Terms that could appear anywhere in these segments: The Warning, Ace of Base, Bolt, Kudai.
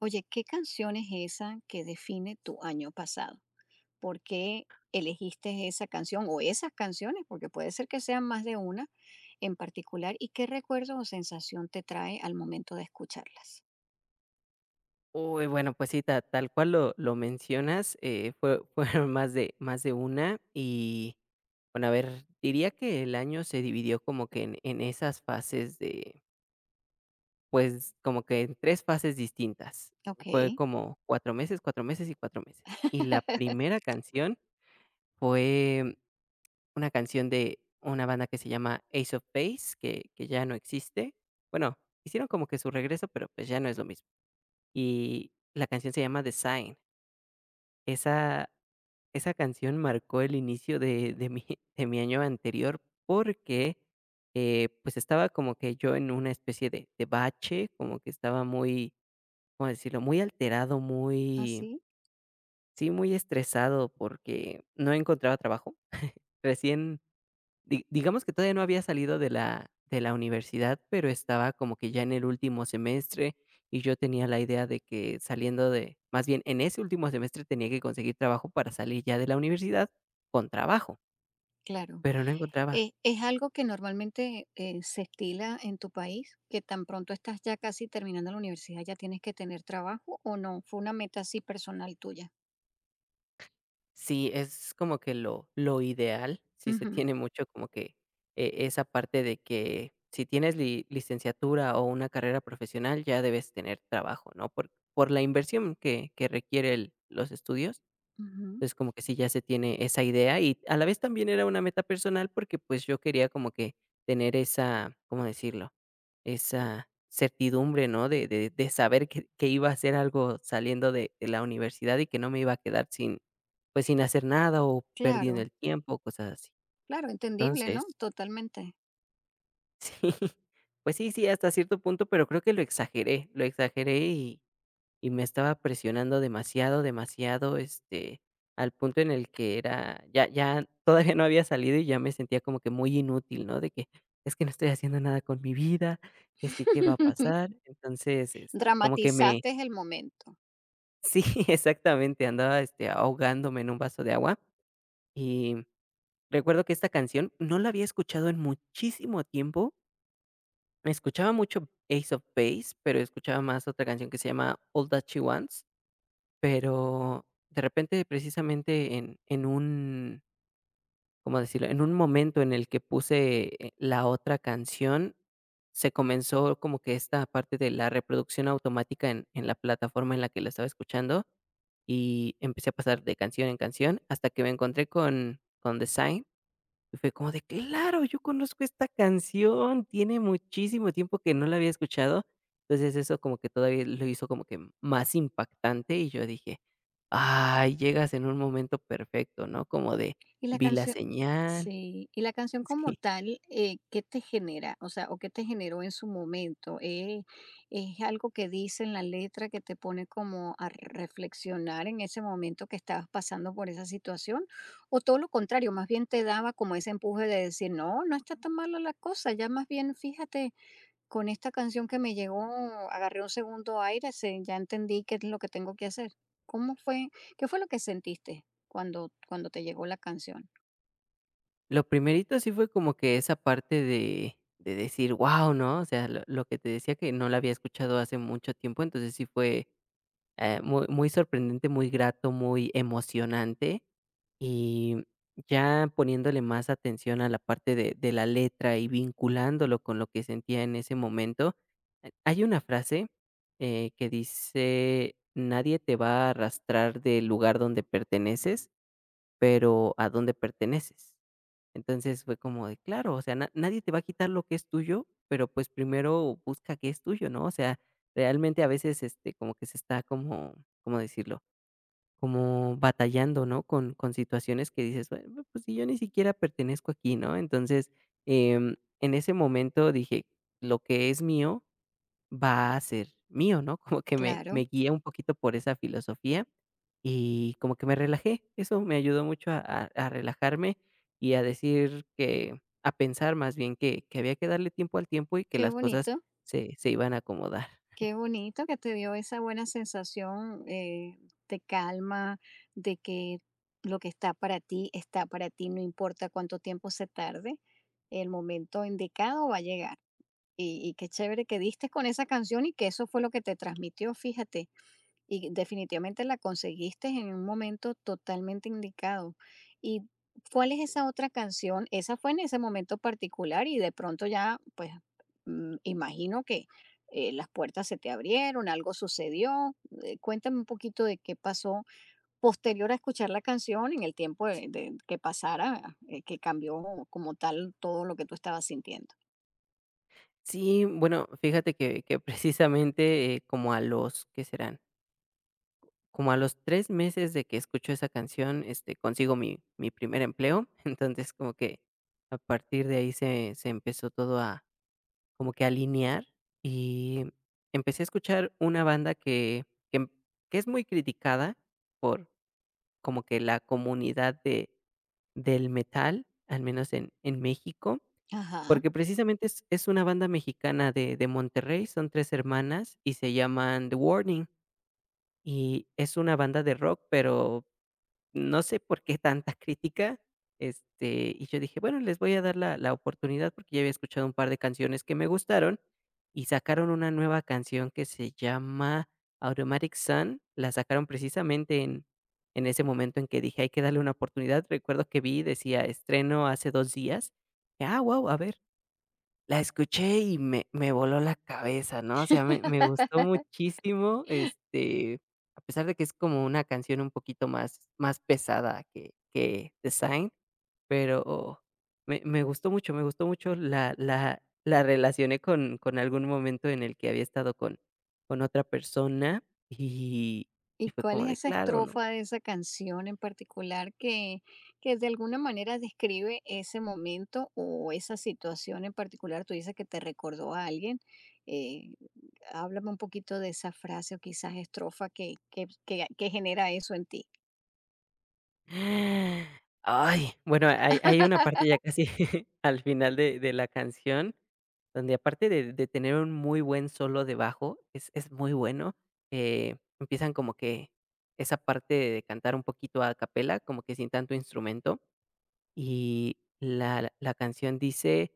Oye, ¿qué canción es esa que define tu año pasado? ¿Por qué elegiste esa canción o esas canciones? Porque puede ser que sean más de una en particular. ¿Y qué recuerdo o sensación te trae al momento de escucharlas? Uy, bueno, pues sí, ta tal cual lo mencionas, fue fueron más de una y, bueno, a ver, diría que el año se dividió como que en esas fases de, pues, como que en 3 fases distintas. Ok. Fue como 4 meses, 4 meses. Y la primera canción fue una canción de una banda que se llama Ace of Base, que ya no existe. Bueno, hicieron como que su regreso, pero, pues, ya no es lo mismo. Y la canción se llama Design. Esa esa canción marcó el inicio de mi de mi año anterior porque, pues, estaba como que yo en una especie de bache, como que estaba muy, ¿cómo decirlo? Muy alterado, Ah, muy, sí, sí, muy estresado porque no encontraba trabajo. Recién Di Digamos que todavía no había salido de la universidad, pero estaba como que ya en el último semestre, y yo tenía la idea de que saliendo de, más bien, en ese último semestre tenía que conseguir trabajo para salir ya de la universidad con trabajo, claro. pero no encontraba. ¿Es algo que normalmente se estila en tu país? ¿Que tan pronto estás ya casi terminando la universidad ya tienes que tener trabajo o no? ¿Fue una meta así personal tuya? Sí, es como que lo ideal, sí se Ujú, tiene mucho como que esa parte de que si tienes li licenciatura o una carrera profesional, ya debes tener trabajo, ¿no? Por la inversión que requiere el los estudios. ujú, Entonces, como que sí, ya se tiene esa idea y a la vez también era una meta personal porque, pues, yo quería como que tener esa, ¿cómo decirlo? Esa certidumbre, ¿no? De saber que iba a hacer algo saliendo de la universidad y que no me iba a quedar sin, pues, sin hacer nada o perdiendo claro. el tiempo, cosas así. Claro, entendible, ¿no? Entonces, Totalmente. sí, pues sí, sí, hasta cierto punto, pero creo que lo exageré y me estaba presionando demasiado, demasiado, al punto en el que era ya todavía no había salido y ya me sentía como que muy inútil, ¿no? De que es que no estoy haciendo nada con mi vida, es que qué va a pasar. Entonces, como que me Dramatizaste el momento. sí, exactamente, andaba, ahogándome en un vaso de agua. Y recuerdo que esta canción no la había escuchado en muchísimo tiempo. Me Escuchaba mucho Ace of Base, pero escuchaba más otra canción que se llama All That She Wants. Pero de repente, precisamente en un, ¿cómo decirlo? En un momento en el que puse, la otra canción, se comenzó como que esta parte de la reproducción automática en la plataforma en la que la estaba escuchando, y empecé a pasar de canción en canción hasta que me encontré con The Sign y fue como de: "Claro, yo conozco esta canción, tiene muchísimo tiempo que no la había escuchado". Entonces, eso como que todavía lo hizo como que más impactante, y yo dije: "Ay, llegas en un momento perfecto", ¿no? Como de, Y la vi la canción señal. sí, y la canción como Sí. tal, ¿qué te genera? O sea, o ¿qué te generó en su momento? ¿Es algo que dice en la letra que te pone como a reflexionar en ese momento que estabas pasando por esa situación? ¿O todo lo contrario, más bien te daba como ese empuje de decir: "No, no está tan mala la cosa, ya más bien fíjate con esta canción que me llegó, agarré un segundo aire, se ya entendí qué es lo que tengo que hacer"? ¿Cómo fue? ¿Qué fue lo que sentiste cuando te llegó la canción? Lo primerito sí fue como que esa parte de decir: wow, ¿no? O sea, lo que te decía que no la había escuchado hace mucho tiempo, entonces sí fue, muy muy sorprendente, muy grato, muy emocionante. Y ya poniéndole más atención a la parte de la letra y vinculándolo con lo que sentía en ese momento, hay una frase, que dice: "Nadie te va a arrastrar del lugar donde perteneces, pero a dónde perteneces". Entonces, fue como de claro, o sea, na nadie te va a quitar lo que es tuyo, pero, pues, primero busca qué es tuyo, ¿no? O sea, realmente a veces, como que se está como, ¿cómo decirlo? Como batallando, ¿no? Con situaciones que dices: "Bueno, no, pues si yo ni siquiera pertenezco aquí", ¿no? Entonces, em, en ese momento dije: "Lo que es mío va a ser mío", ¿no? Como que me Claro, me guía un poquito por esa filosofía y como que me relajé. Eso me ayudó mucho a relajarme y a decir que, a pensar más bien que había que darle tiempo al tiempo y que qué las cosas bonito, se iban a acomodar. qué bonito que te dio esa buena sensación, de calma, de que lo que está para ti, no importa cuánto tiempo se tarde, el momento indicado va a llegar. Y qué chévere que diste con esa canción y que eso fue lo que te transmitió, fíjate. Y definitivamente la conseguiste en un momento totalmente indicado. ¿Y cuál es Sí. esa otra canción? Esa fue en ese momento particular y de pronto ya, pues, mm, imagino que las puertas se te abrieron, algo sucedió. Cuéntame un poquito de qué pasó posterior a escuchar la canción, en el tiempo que pasara, que cambió como tal todo lo que tú estabas sintiendo. Sí, bueno, fíjate que precisamente, como a los, ¿qué serán? Como a los 3 meses de que escucho esa canción, consigo mi primer empleo. Entonces, como que a partir de ahí se empezó todo a como que alinear, y empecé a escuchar una banda que que em- que es muy criticada por como que la comunidad de del metal, al menos en México. Ajá. Porque precisamente es una banda mexicana de Monterrey, son 3 hermanas y se llaman The Warning, y es una banda de rock, pero no sé por qué tanta crítica, y yo dije: "Bueno, les voy a dar la oportunidad", porque ya había escuchado un par de canciones que me gustaron, y sacaron una nueva canción que se llama Automatic Sun, la sacaron precisamente en ese momento en que dije: "Hay que darle una oportunidad". Recuerdo que vi, decía: "Estreno hace 2 días". "Ah, wow, a ver". La escuché y me voló la cabeza, ¿no? O sea, me gustó muchísimo, a pesar de que es como una canción un poquito más más pesada que The Sign, pero me gustó mucho, me gustó mucho, la la relacioné con algún momento en el que había estado con otra persona y y ¿Y fue cuál como es de esa claro, ¿no? estrofa de esa canción en particular que de alguna manera describe ese momento o esa situación en particular? Tú dices que te recordó a alguien. Eh, háblame un poquito de esa frase o quizás estrofa que, que genera eso en ti. Ay, bueno, hay una parte ya casi al final de la canción, donde aparte de tener un muy buen solo de bajo, es muy bueno, empiezan como que esa parte de cantar un poquito a capela, como que sin tanto instrumento, y la canción dice: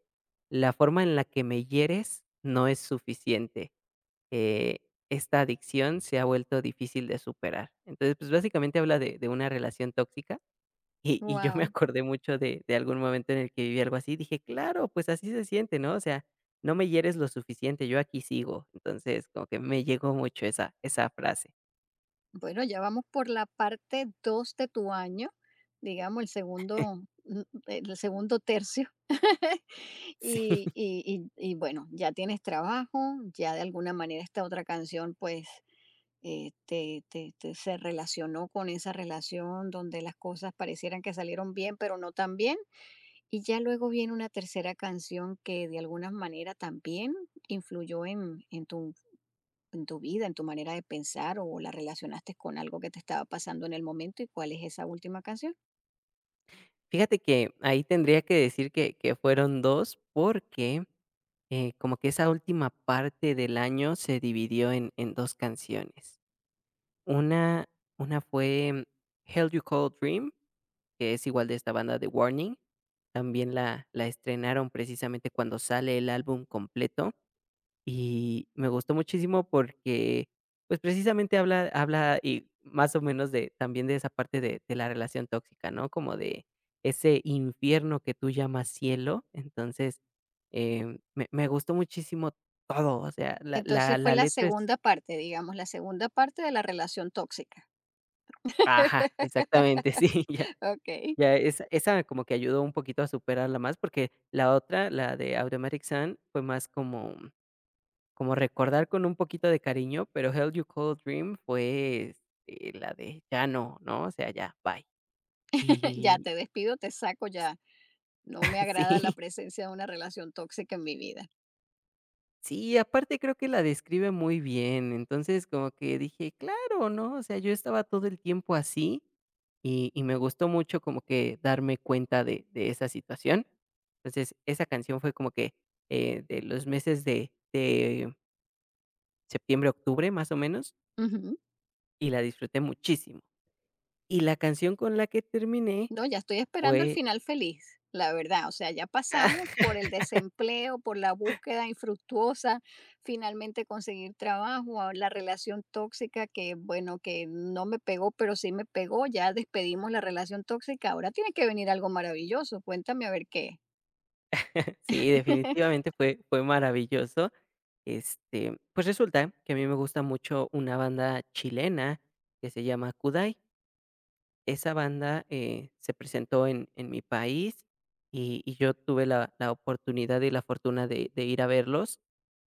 "La forma en la que me hieres no es suficiente, eh, esta adicción se ha vuelto difícil de superar". Entonces, pues, básicamente habla de una relación tóxica. Y yo me Wow. acordé mucho de algún momento en el que viví algo así, dije: "Claro, pues así se siente", ¿no? O sea, no me hieres lo suficiente, yo aquí sigo. Entonces, como que me llegó mucho esa frase. Bueno, ya vamos por la parte 2 de tu año, digamos, el segundo, mm, el segundo tercio. Sí, Y, y- y bueno, ya tienes trabajo, ya de alguna manera esta otra canción pues se relacionó con esa relación donde las cosas parecieran que salieron bien, pero no tan bien. Y ya luego viene una tercera canción que de alguna manera también influyó en tu vida, en tu manera de pensar o la relacionaste con algo que te estaba pasando en el momento y cuál es esa última canción. fíjate que ahí tendría que decir que fueron 2 porque, como que esa última parte del año se dividió en 2 canciones. Una una fue Hell You Call Dream, que es igual de esta banda de Warning. También la estrenaron precisamente cuando sale el álbum completo, y me gustó muchísimo porque, pues, precisamente habla, habla, y más o menos de también de esa parte de la relación tóxica, ¿no? Como de ese infierno que tú llamas cielo. Entonces, me gustó muchísimo todo, o sea, la la Entonces fue la la letra es... segunda parte, digamos, la segunda parte de la relación tóxica. Ajá, exactamente, sí. Ok. Ya esa como que ayudó un poquito a superarla más, porque la otra, la de Automatic Sun, fue más como como recordar con un poquito de cariño, pero Hell You Call Dream fue, la de ya no, ¿no? O sea, ya, bye. Ya Y te despido, te saco ya. No me agrada la sí. presencia de una relación tóxica en mi vida. Sí, aparte creo que la describe muy bien. Entonces, como que dije, claro, ¿no? O sea, yo estaba todo el tiempo así y me gustó mucho como que darme cuenta de esa situación. Entonces, esa canción fue como que, de los meses de septiembre, octubre, más o menos, Ujú. y la disfruté muchísimo. Y la canción con la que terminé No, ya estoy esperando el fue... final feliz, la verdad. O sea, ya pasamos por el desempleo, por la búsqueda infructuosa, finalmente conseguir trabajo, a la relación tóxica que, bueno, que no me pegó, pero sí me pegó. Ya despedimos la relación tóxica. Ahora tiene que venir algo maravilloso. Cuéntame a ver qué. Sí, definitivamente fue maravilloso. Pues resulta que a mí me gusta mucho una banda chilena que se llama Kudai. Esa banda, se presentó en mi país y yo tuve la oportunidad y la fortuna de ir a verlos.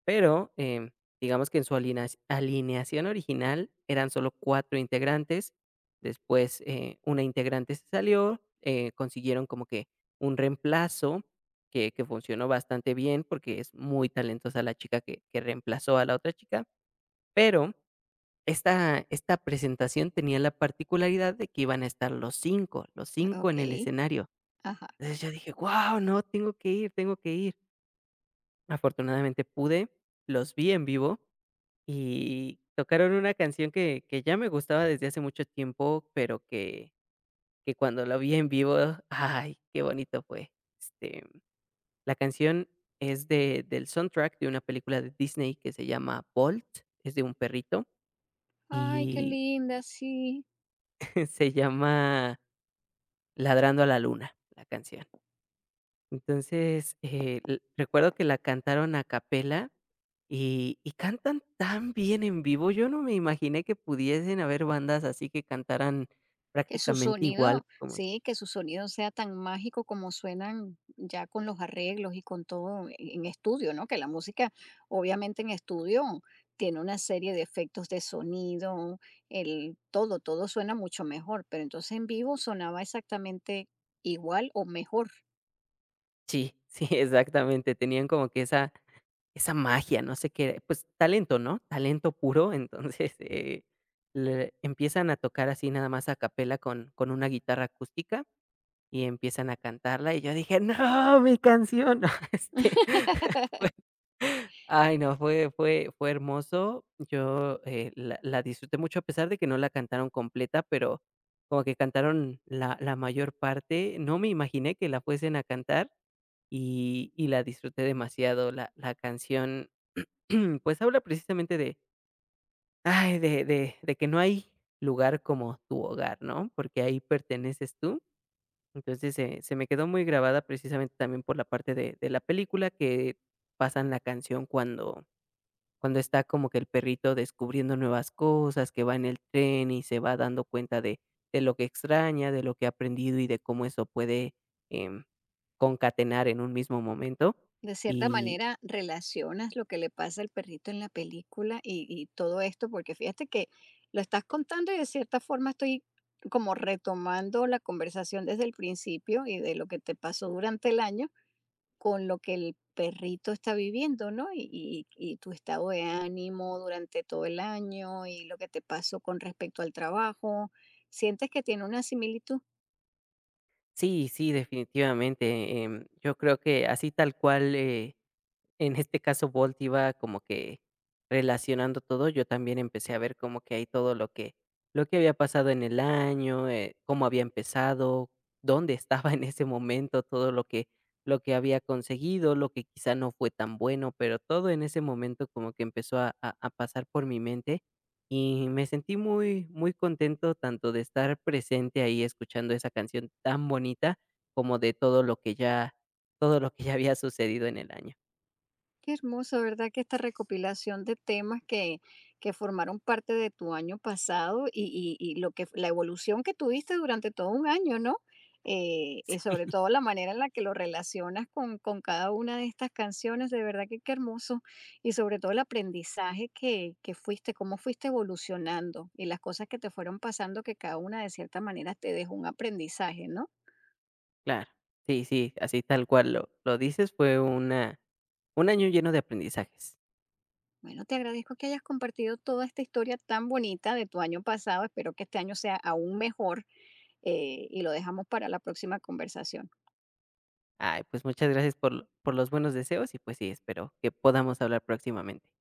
Pero, digamos que en su alineación original eran solo 4 integrantes, después, una integrante se salió, consiguieron como que un reemplazo que funcionó bastante bien, porque es muy talentosa la chica que reemplazó a la otra chica, pero esta presentación tenía la particularidad de que iban a estar los cinco Ok, en el escenario. ajá. Entonces yo dije: "Guau, no, tengo que ir, tengo que ir". Afortunadamente pude, los vi en vivo y tocaron una canción que ya me gustaba desde hace mucho tiempo, pero que cuando la vi en vivo, ay, qué bonito fue. Este, la canción es de del soundtrack de una película de Disney que se llama Bolt, es de un perrito, Ay, qué y linda, sí. se llama Ladrando a la luna, la canción. Entonces, l recuerdo que la cantaron a capela y cantan tan bien en vivo. Yo no me imaginé que pudiesen haber bandas así que cantaran Que su prácticamente igual sonido, como sí, si... que su sonido sea tan mágico como suenan ya con los arreglos y con todo en estudio, ¿no? Que la música, obviamente en estudio, tiene una serie de efectos de sonido, el todo, todo suena mucho mejor, pero entonces en vivo sonaba exactamente igual o mejor. Sí, sí, exactamente. Tenían como que esa magia, no sé qué, pues, talento, ¿no? Talento puro. Entonces, le empiezan a tocar así nada más a capela con una guitarra acústica y empiezan a cantarla, y yo dije: "No, mi canción", este, ay, no, fue hermoso. Yo, la disfruté mucho, a pesar de que no la cantaron completa, pero como que cantaron la mayor parte. No me imaginé que la fuesen a cantar y la disfruté demasiado. La canción, pues, habla precisamente de, ay, de que no hay lugar como tu hogar, ¿no? Porque ahí perteneces tú. Entonces, se me quedó muy grabada precisamente también por la parte de la película que pasan la canción cuando está como que el perrito descubriendo nuevas cosas, que va en el tren y se va dando cuenta de lo que extraña, de lo que ha aprendido y de cómo eso puede, em, concatenar en un mismo momento. De cierta Y manera, relacionas lo que le pasa al perrito en la película y todo esto, porque fíjate que lo estás contando y de cierta forma estoy como retomando la conversación desde el principio y de lo que te pasó durante el año con lo que el perrito está viviendo, ¿no? Y tu estado de ánimo durante todo el año y lo que te pasó con respecto al trabajo. ¿Sientes que tiene una similitud? sí, sí, definitivamente, yo creo que así tal cual, en este caso, Bolt iba como que relacionando todo, yo también empecé a ver como que hay todo lo que había pasado en el año, cómo había empezado, dónde estaba en ese momento, todo lo que había conseguido, lo que quizá no fue tan bueno, pero todo en ese momento como que empezó a, a pasar por mi mente y me sentí muy, muy contento tanto de estar presente ahí escuchando esa canción tan bonita como de todo lo que ya, todo lo que ya había sucedido en el año. Qué hermoso, ¿verdad? Que esta recopilación de temas que formaron parte de tu año pasado y lo que la evolución que tuviste durante todo un año, ¿no? Y sobre todo la manera en la que lo relacionas con cada una de estas canciones, de verdad que qué hermoso. Y sobre todo el aprendizaje que fuiste, cómo fuiste evolucionando y las cosas que te fueron pasando, que cada una de cierta manera te dejó un aprendizaje, ¿no? Claro. Sí, sí, así tal cual lo dices, fue una un año lleno de aprendizajes. Bueno, te agradezco que hayas compartido toda esta historia tan bonita de tu año pasado. Espero que este año sea aún mejor, y lo dejamos para la próxima conversación. Ay, pues muchas gracias por por los buenos deseos y, pues sí, espero que podamos hablar próximamente.